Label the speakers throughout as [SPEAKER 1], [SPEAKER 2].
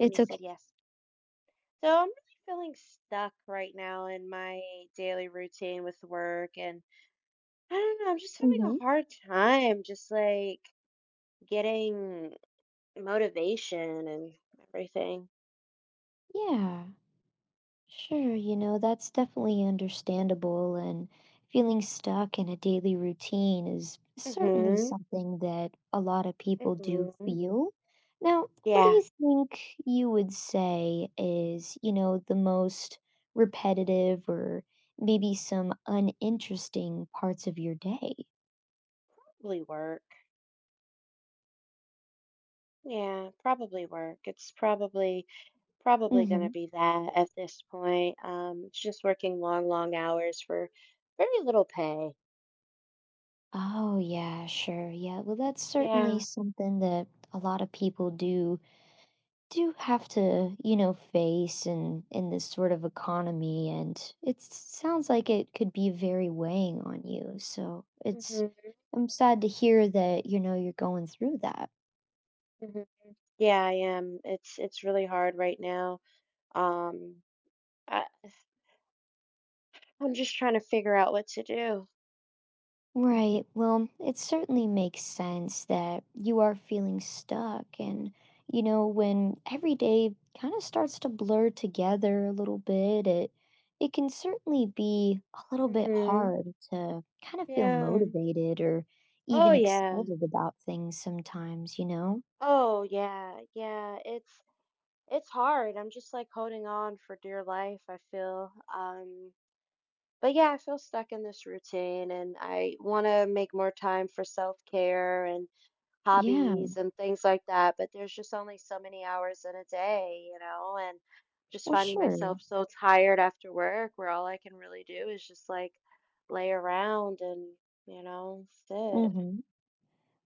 [SPEAKER 1] When you said
[SPEAKER 2] okay.
[SPEAKER 1] yes. So I'm really feeling stuck right now in my daily routine with work and I don't know, I'm just having a
[SPEAKER 2] Hmm.
[SPEAKER 1] hard time just like getting motivation and everything.
[SPEAKER 2] Yeah, sure. You know, that's definitely understandable. And feeling stuck in a daily routine is certainly
[SPEAKER 1] Mhm.
[SPEAKER 2] something that a lot of people do
[SPEAKER 1] Mhm.
[SPEAKER 2] feel. Now, what do
[SPEAKER 1] Yeah,
[SPEAKER 2] you think you would say is, you know, the most repetitive or maybe some uninteresting parts of your day?
[SPEAKER 1] probably work. Yeah, probably work. It's probably going
[SPEAKER 2] Hmm.
[SPEAKER 1] to be that at this point. It's just working long, long hours for very little pay.
[SPEAKER 2] Oh, yeah, sure. Yeah. Well, that's certainly
[SPEAKER 1] Yeah.
[SPEAKER 2] something that a lot of people do do have to, you know, face in this sort of economy, and it sounds like it could be very weighing on you. So, it's
[SPEAKER 1] Mhm.
[SPEAKER 2] I'm sad to hear that, you know, you're going through that.
[SPEAKER 1] Mhm. Yeah, I am. It's really hard right now. Um, I I'm just trying to figure out what to do.
[SPEAKER 2] Right. Well, it certainly makes sense that you are feeling stuck. And, you know, when every day kind of starts to blur together a little bit, it can certainly be a little bit
[SPEAKER 1] Mm-hmm.
[SPEAKER 2] hard to kind of feel
[SPEAKER 1] Yeah.
[SPEAKER 2] motivated or
[SPEAKER 1] Oh
[SPEAKER 2] even
[SPEAKER 1] yeah.
[SPEAKER 2] excited about things sometimes, you know?
[SPEAKER 1] Oh yeah. Yeah. It's hard. I'm just like holding on for dear life, I feel. But yeah, I feel stuck in this routine and I want to make more time for self-care and hobbies
[SPEAKER 2] Yeah.
[SPEAKER 1] and things like that, but there's just only so many hours in a day, you know, and just
[SPEAKER 2] Well,
[SPEAKER 1] finding
[SPEAKER 2] sure.
[SPEAKER 1] myself so tired after work where all I can really do is just like lay around and, you know, sit.
[SPEAKER 2] Mm-hmm.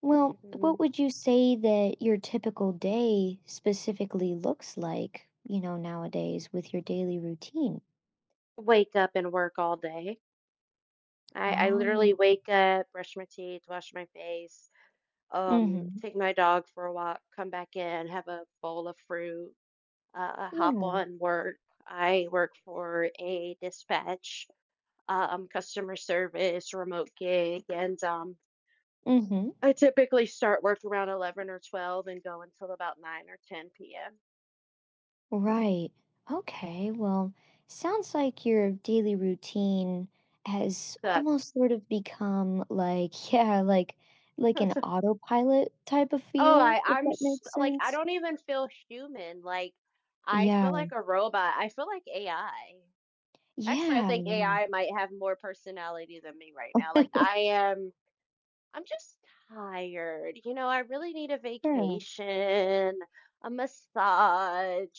[SPEAKER 2] Well, what
[SPEAKER 1] hmm
[SPEAKER 2] would you say that your typical day specifically looks like, you know, nowadays with your daily routine?
[SPEAKER 1] Wake up and work all day. I
[SPEAKER 2] Oh,
[SPEAKER 1] literally wake up, brush my teeth, wash my face,
[SPEAKER 2] mm-hmm.
[SPEAKER 1] take my dog for a walk, come back in, have a bowl of fruit, hop
[SPEAKER 2] Yeah,
[SPEAKER 1] on work. I work for a dispatch customer service, remote gig, and
[SPEAKER 2] mm-hmm.
[SPEAKER 1] I typically start work around 11 or 12 and go until about 9 or 10 p.m.
[SPEAKER 2] Right. Okay. Well, sounds like your daily routine has
[SPEAKER 1] That
[SPEAKER 2] almost sort of become like, yeah, like an autopilot type of
[SPEAKER 1] Oh,
[SPEAKER 2] feel,
[SPEAKER 1] I
[SPEAKER 2] if
[SPEAKER 1] I'm
[SPEAKER 2] that
[SPEAKER 1] s
[SPEAKER 2] makes
[SPEAKER 1] like I
[SPEAKER 2] sense.
[SPEAKER 1] don't even feel human. Like I feel
[SPEAKER 2] Yeah.
[SPEAKER 1] like a robot. I feel like AI. Actually, I
[SPEAKER 2] Yeah,
[SPEAKER 1] think AI might have more personality than me right now. Like I'm just tired. You know, I really need a
[SPEAKER 2] sure.
[SPEAKER 1] vacation, a massage.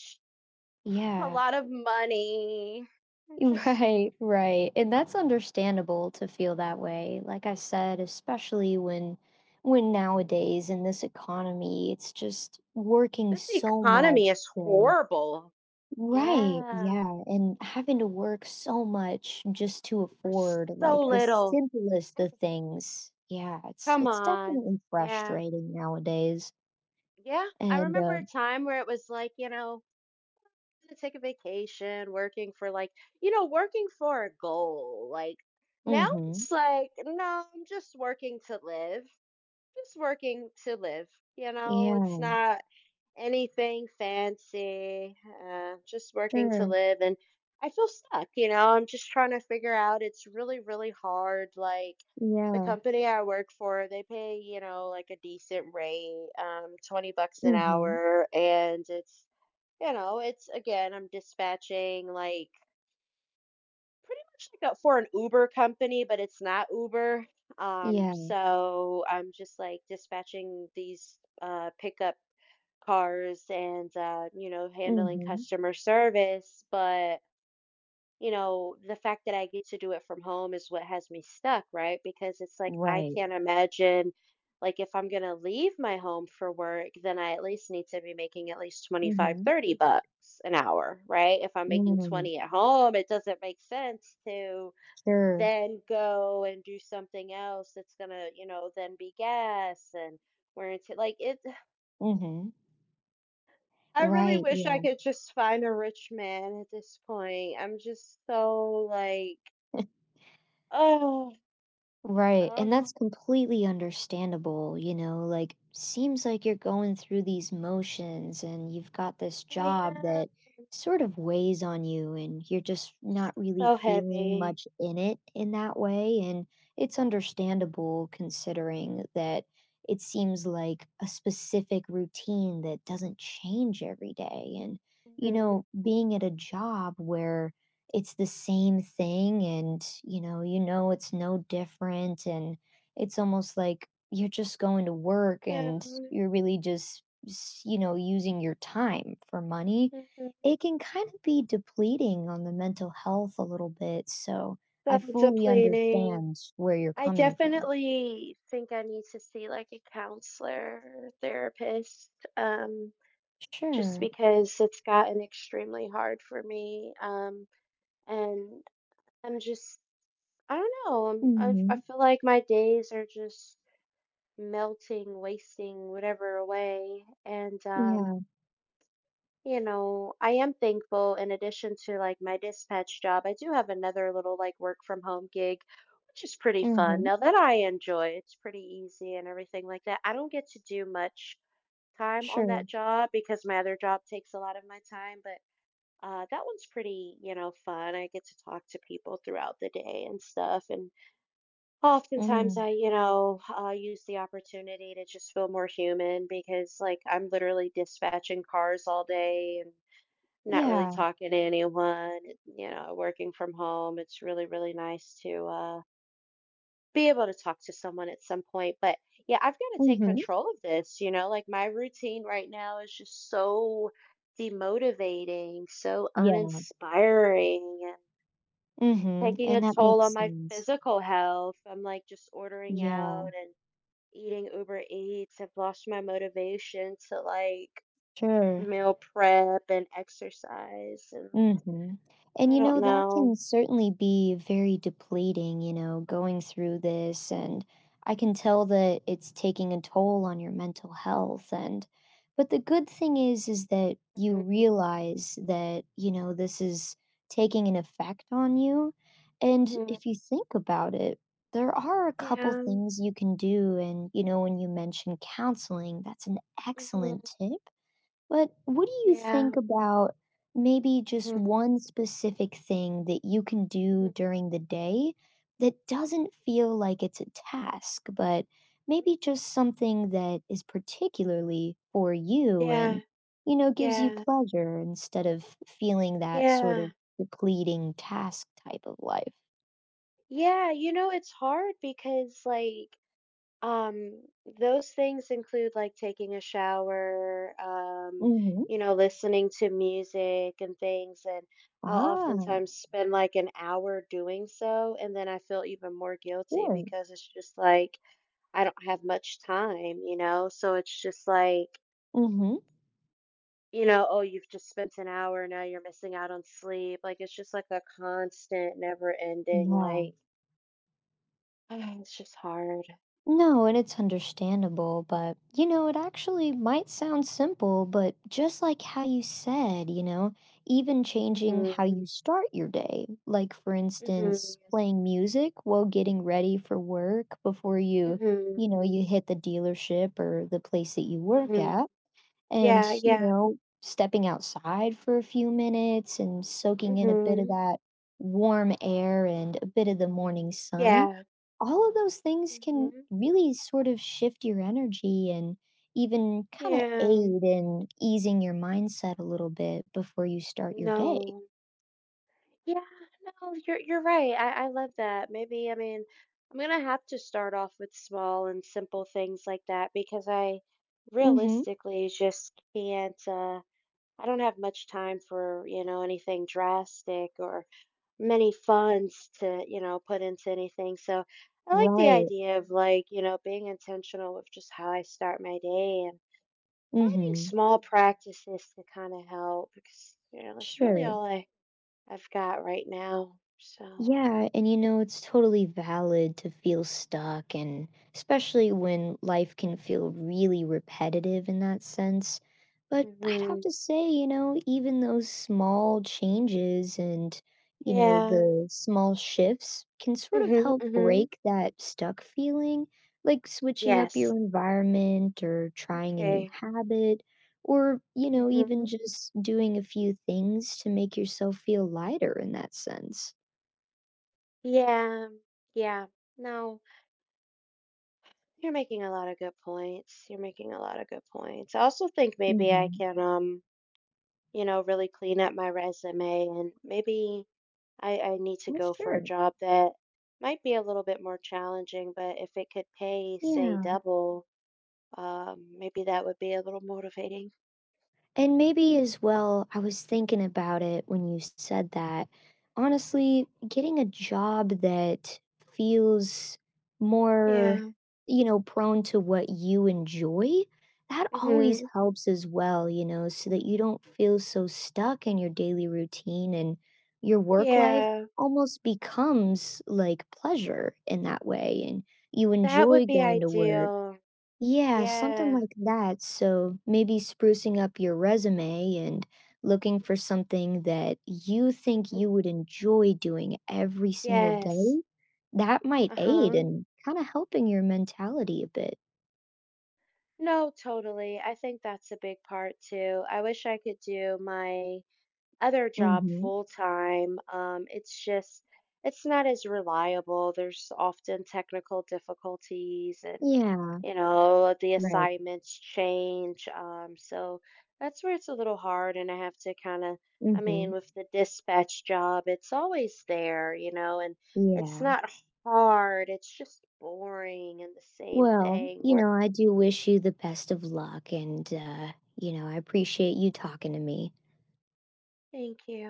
[SPEAKER 1] A
[SPEAKER 2] Yeah.
[SPEAKER 1] lot of money. And just
[SPEAKER 2] Right, right. And that's understandable to feel that way. Like I said, especially when nowadays in this economy, it's just working
[SPEAKER 1] this
[SPEAKER 2] so
[SPEAKER 1] economy
[SPEAKER 2] much
[SPEAKER 1] is
[SPEAKER 2] to.
[SPEAKER 1] horrible.
[SPEAKER 2] Right,
[SPEAKER 1] Yeah,
[SPEAKER 2] yeah, and having to work so much just to
[SPEAKER 1] for
[SPEAKER 2] afford
[SPEAKER 1] so
[SPEAKER 2] like the
[SPEAKER 1] little.
[SPEAKER 2] simplest of things. Yeah, it's
[SPEAKER 1] Come
[SPEAKER 2] it's
[SPEAKER 1] on.
[SPEAKER 2] definitely
[SPEAKER 1] Yeah.
[SPEAKER 2] frustrating nowadays.
[SPEAKER 1] Yeah. I
[SPEAKER 2] And
[SPEAKER 1] remember a time where it was like, I'm gonna take a vacation, working for like, working for a goal. Like now
[SPEAKER 2] Mhm.
[SPEAKER 1] it's like, no, I'm just working to live. Just working to live. It's
[SPEAKER 2] Yeah,
[SPEAKER 1] not anything fancy, just working to
[SPEAKER 2] sure.
[SPEAKER 1] live. And I feel stuck, I'm just trying to figure out. It's really, really hard. Like the
[SPEAKER 2] Yeah.
[SPEAKER 1] company I work for, they pay, like a decent rate, 20 bucks an
[SPEAKER 2] Mhm.
[SPEAKER 1] hour. And it's again, I'm dispatching like pretty much like a, for an Uber company, but it's not Uber.
[SPEAKER 2] Yeah.
[SPEAKER 1] So I'm just like dispatching these pickup cars and you know, handling
[SPEAKER 2] Mhm.
[SPEAKER 1] customer service, but you know, the fact that I get to do it from home is what has me stuck, right? Because it's like I
[SPEAKER 2] Right.
[SPEAKER 1] can't imagine, like if I'm going to leave my home for work, then I at least need to be making at least twenty five
[SPEAKER 2] Mhm.
[SPEAKER 1] thirty bucks an hour, right? If I'm making
[SPEAKER 2] Mm.
[SPEAKER 1] 20 at home, it doesn't make sense to
[SPEAKER 2] Sure.
[SPEAKER 1] then go and do something else that's going to, then be gas and where into like it.
[SPEAKER 2] Mhm.
[SPEAKER 1] I really
[SPEAKER 2] Right,
[SPEAKER 1] wish I
[SPEAKER 2] yeah.
[SPEAKER 1] could just find a rich man at this point. I'm just so like, oh,
[SPEAKER 2] Right. And
[SPEAKER 1] oh,
[SPEAKER 2] that's completely understandable, you know, like seems like you're going through these motions and you've got this
[SPEAKER 1] I
[SPEAKER 2] job
[SPEAKER 1] am
[SPEAKER 2] that sort of weighs on you and you're just not really
[SPEAKER 1] so
[SPEAKER 2] feeling
[SPEAKER 1] heavy.
[SPEAKER 2] much in it in that way. And it's understandable considering that it seems like a specific routine that doesn't change every day. And
[SPEAKER 1] Hmm.
[SPEAKER 2] being at a job where it's the same thing, and it's no different. And it's almost like you're just going to work
[SPEAKER 1] Yeah,
[SPEAKER 2] and you're really just using your time for money.
[SPEAKER 1] mhm.
[SPEAKER 2] It can kind of be depleting on the mental health a little bit, so
[SPEAKER 1] So
[SPEAKER 2] I fully
[SPEAKER 1] depleting.
[SPEAKER 2] understand where you're
[SPEAKER 1] I
[SPEAKER 2] coming from.
[SPEAKER 1] definitely think I need to see like a counselor or therapist, um, just
[SPEAKER 2] Sure.
[SPEAKER 1] because it's gotten extremely hard for me. And I'm just, I don't know. I
[SPEAKER 2] Hmm.
[SPEAKER 1] feel like my days are just melting, wasting whatever away. And,
[SPEAKER 2] Yeah.
[SPEAKER 1] I am thankful in addition to like my dispatch job. I do have another little like work from home gig, which is pretty fun.
[SPEAKER 2] Hmm.
[SPEAKER 1] Now that I enjoy, it's pretty easy and everything like that. I don't get to do much time on
[SPEAKER 2] Sure.
[SPEAKER 1] that job because my other job takes a lot of my time, but that one's pretty, you know, fun. I get to talk to people throughout the day and stuff. And oftentimes,
[SPEAKER 2] Mm.
[SPEAKER 1] I, use the opportunity to just feel more human because, like, I'm literally dispatching cars all day and not really
[SPEAKER 2] Yeah.
[SPEAKER 1] talking to anyone, working from home. It's really, really nice to be able to talk to someone at some point. But yeah, I've got to take
[SPEAKER 2] Hmm.
[SPEAKER 1] control of this, like my routine right now is just so demotivating, so
[SPEAKER 2] Yeah.
[SPEAKER 1] uninspiring, and taking a
[SPEAKER 2] And that
[SPEAKER 1] toll on
[SPEAKER 2] makes
[SPEAKER 1] my
[SPEAKER 2] sense.
[SPEAKER 1] physical health. I'm like just ordering
[SPEAKER 2] Yeah.
[SPEAKER 1] out and eating Uber Eats. I've lost my motivation to like
[SPEAKER 2] Sure.
[SPEAKER 1] meal prep and exercise, and
[SPEAKER 2] Mhm. And,
[SPEAKER 1] I
[SPEAKER 2] you
[SPEAKER 1] don't
[SPEAKER 2] know, that
[SPEAKER 1] know.
[SPEAKER 2] can certainly be very depleting, you know, going through this, and I can tell that it's taking a toll on your mental health. And but the good thing is that you
[SPEAKER 1] Mhm.
[SPEAKER 2] realize that, you know, this is taking an effect on you. And
[SPEAKER 1] Mhm.
[SPEAKER 2] if you think about it, there are a couple
[SPEAKER 1] Yeah.
[SPEAKER 2] things you can do, and, you know, when you mentioned counseling, that's an
[SPEAKER 1] Mhm.
[SPEAKER 2] excellent tip. But what do you
[SPEAKER 1] Yeah.
[SPEAKER 2] think about maybe just
[SPEAKER 1] Mhm.
[SPEAKER 2] one specific thing that you can do
[SPEAKER 1] Mhm.
[SPEAKER 2] during the day that doesn't feel like it's a task, but maybe just something that is particularly for you
[SPEAKER 1] Yeah.
[SPEAKER 2] and, you know, gives you
[SPEAKER 1] Yeah.
[SPEAKER 2] pleasure instead of feeling that sort of
[SPEAKER 1] Yeah.
[SPEAKER 2] depleting task type of life?
[SPEAKER 1] Yeah, it's hard because like Um, those things include like taking a shower,
[SPEAKER 2] Mm-hmm.
[SPEAKER 1] listening to music and things. And I'll
[SPEAKER 2] Ah,
[SPEAKER 1] oftentimes spend like an hour doing so. And then I feel even more guilty
[SPEAKER 2] sure.
[SPEAKER 1] because it's just like I don't have much time, you know? So it's just like,
[SPEAKER 2] Mm-hmm.
[SPEAKER 1] oh, you've just spent an hour. Now you're missing out on sleep. Like it's just like a constant, never ending,
[SPEAKER 2] Yeah.
[SPEAKER 1] like, it's just hard.
[SPEAKER 2] No, and it's understandable, but you know, it actually might sound simple, but just like how you said, you know, even changing how
[SPEAKER 1] Hmm.
[SPEAKER 2] you start your day, like for instance,
[SPEAKER 1] Hmm.
[SPEAKER 2] playing music while getting ready for work before you, you
[SPEAKER 1] Hmm.
[SPEAKER 2] know, you hit the dealership or the place that you work
[SPEAKER 1] Hmm.
[SPEAKER 2] at,
[SPEAKER 1] Yeah,
[SPEAKER 2] and you
[SPEAKER 1] yeah.
[SPEAKER 2] know, stepping outside for a few minutes and soaking in a bit of
[SPEAKER 1] Mhm.
[SPEAKER 2] that warm air and a bit of the morning sun,
[SPEAKER 1] Yeah.
[SPEAKER 2] all of those things can
[SPEAKER 1] Mhm.
[SPEAKER 2] really sort of shift your energy and even kind of
[SPEAKER 1] Yeah.
[SPEAKER 2] aid in easing your mindset a little bit before you start your day.
[SPEAKER 1] No. Yeah, no, you're right. I love that. Maybe I mean, I'm gonna have to start off with small and simple things like that because I
[SPEAKER 2] Mhm.
[SPEAKER 1] realistically just can't. I don't have much time for, you know, anything drastic or many funds to, you know, put into anything. So I like the
[SPEAKER 2] Right.
[SPEAKER 1] idea of like, being intentional with just how I start my day, finding
[SPEAKER 2] Mhm.
[SPEAKER 1] small practices to kind of help, because that's really
[SPEAKER 2] Sure.
[SPEAKER 1] all I've got right now. So,
[SPEAKER 2] Yeah, and you know, it's totally valid to feel stuck, and especially when life can feel really repetitive in that sense. But I'd
[SPEAKER 1] hmm,
[SPEAKER 2] have to say, you know, even those small changes and, you know,
[SPEAKER 1] yeah,
[SPEAKER 2] the small shifts can sort of
[SPEAKER 1] hmm,
[SPEAKER 2] help
[SPEAKER 1] hmm,
[SPEAKER 2] break that stuck feeling, like switching up
[SPEAKER 1] yes,
[SPEAKER 2] your environment or trying a new
[SPEAKER 1] okay,
[SPEAKER 2] habit, or, you know,
[SPEAKER 1] hmm,
[SPEAKER 2] even just doing a few things to make yourself feel lighter in that sense.
[SPEAKER 1] yeah, yeah. No, you're making a lot of good points. You're making a lot of good points. I also think maybe I
[SPEAKER 2] Mhm.
[SPEAKER 1] can you know, really clean up my resume, and maybe I need to
[SPEAKER 2] Well,
[SPEAKER 1] go for a
[SPEAKER 2] sure.
[SPEAKER 1] job that might be a little bit more challenging, but if it could pay, say,
[SPEAKER 2] Yeah.
[SPEAKER 1] double, maybe that would be a little motivating.
[SPEAKER 2] And maybe as well, I was thinking about it when you said that. Honestly, getting a job that feels more,
[SPEAKER 1] Yeah.
[SPEAKER 2] you know, prone to what you enjoy, that always
[SPEAKER 1] Hmm.
[SPEAKER 2] helps as well, you know, so that you don't feel so stuck in your daily routine and your work life
[SPEAKER 1] Yeah.
[SPEAKER 2] almost becomes like pleasure in that way. And you
[SPEAKER 1] That would
[SPEAKER 2] enjoy
[SPEAKER 1] be
[SPEAKER 2] going to work.
[SPEAKER 1] ideal.
[SPEAKER 2] Yeah, something
[SPEAKER 1] Yeah.
[SPEAKER 2] like that. So maybe sprucing up your resume and looking for something that you think
[SPEAKER 1] Hmm.
[SPEAKER 2] you would enjoy doing every single
[SPEAKER 1] Yes.
[SPEAKER 2] day, that might aid
[SPEAKER 1] Uh-huh.
[SPEAKER 2] in kind of helping your mentality a bit.
[SPEAKER 1] No, totally. I think that's a big part too. I wish I could do my other job
[SPEAKER 2] Mm-hmm.
[SPEAKER 1] full time. It's just, it's not as reliable. There's often technical difficulties, and
[SPEAKER 2] Yeah,
[SPEAKER 1] the
[SPEAKER 2] right.
[SPEAKER 1] assignments change. So that's where it's a little hard. And I have to kind of, I
[SPEAKER 2] Mm-hmm.
[SPEAKER 1] mean, with the dispatch job, it's always there, and it's
[SPEAKER 2] Yeah.
[SPEAKER 1] not hard. It's just boring and the same
[SPEAKER 2] Well,
[SPEAKER 1] thing
[SPEAKER 2] you
[SPEAKER 1] where,
[SPEAKER 2] know, I do wish you the best of luck, and, I appreciate you talking to me.
[SPEAKER 1] thank you.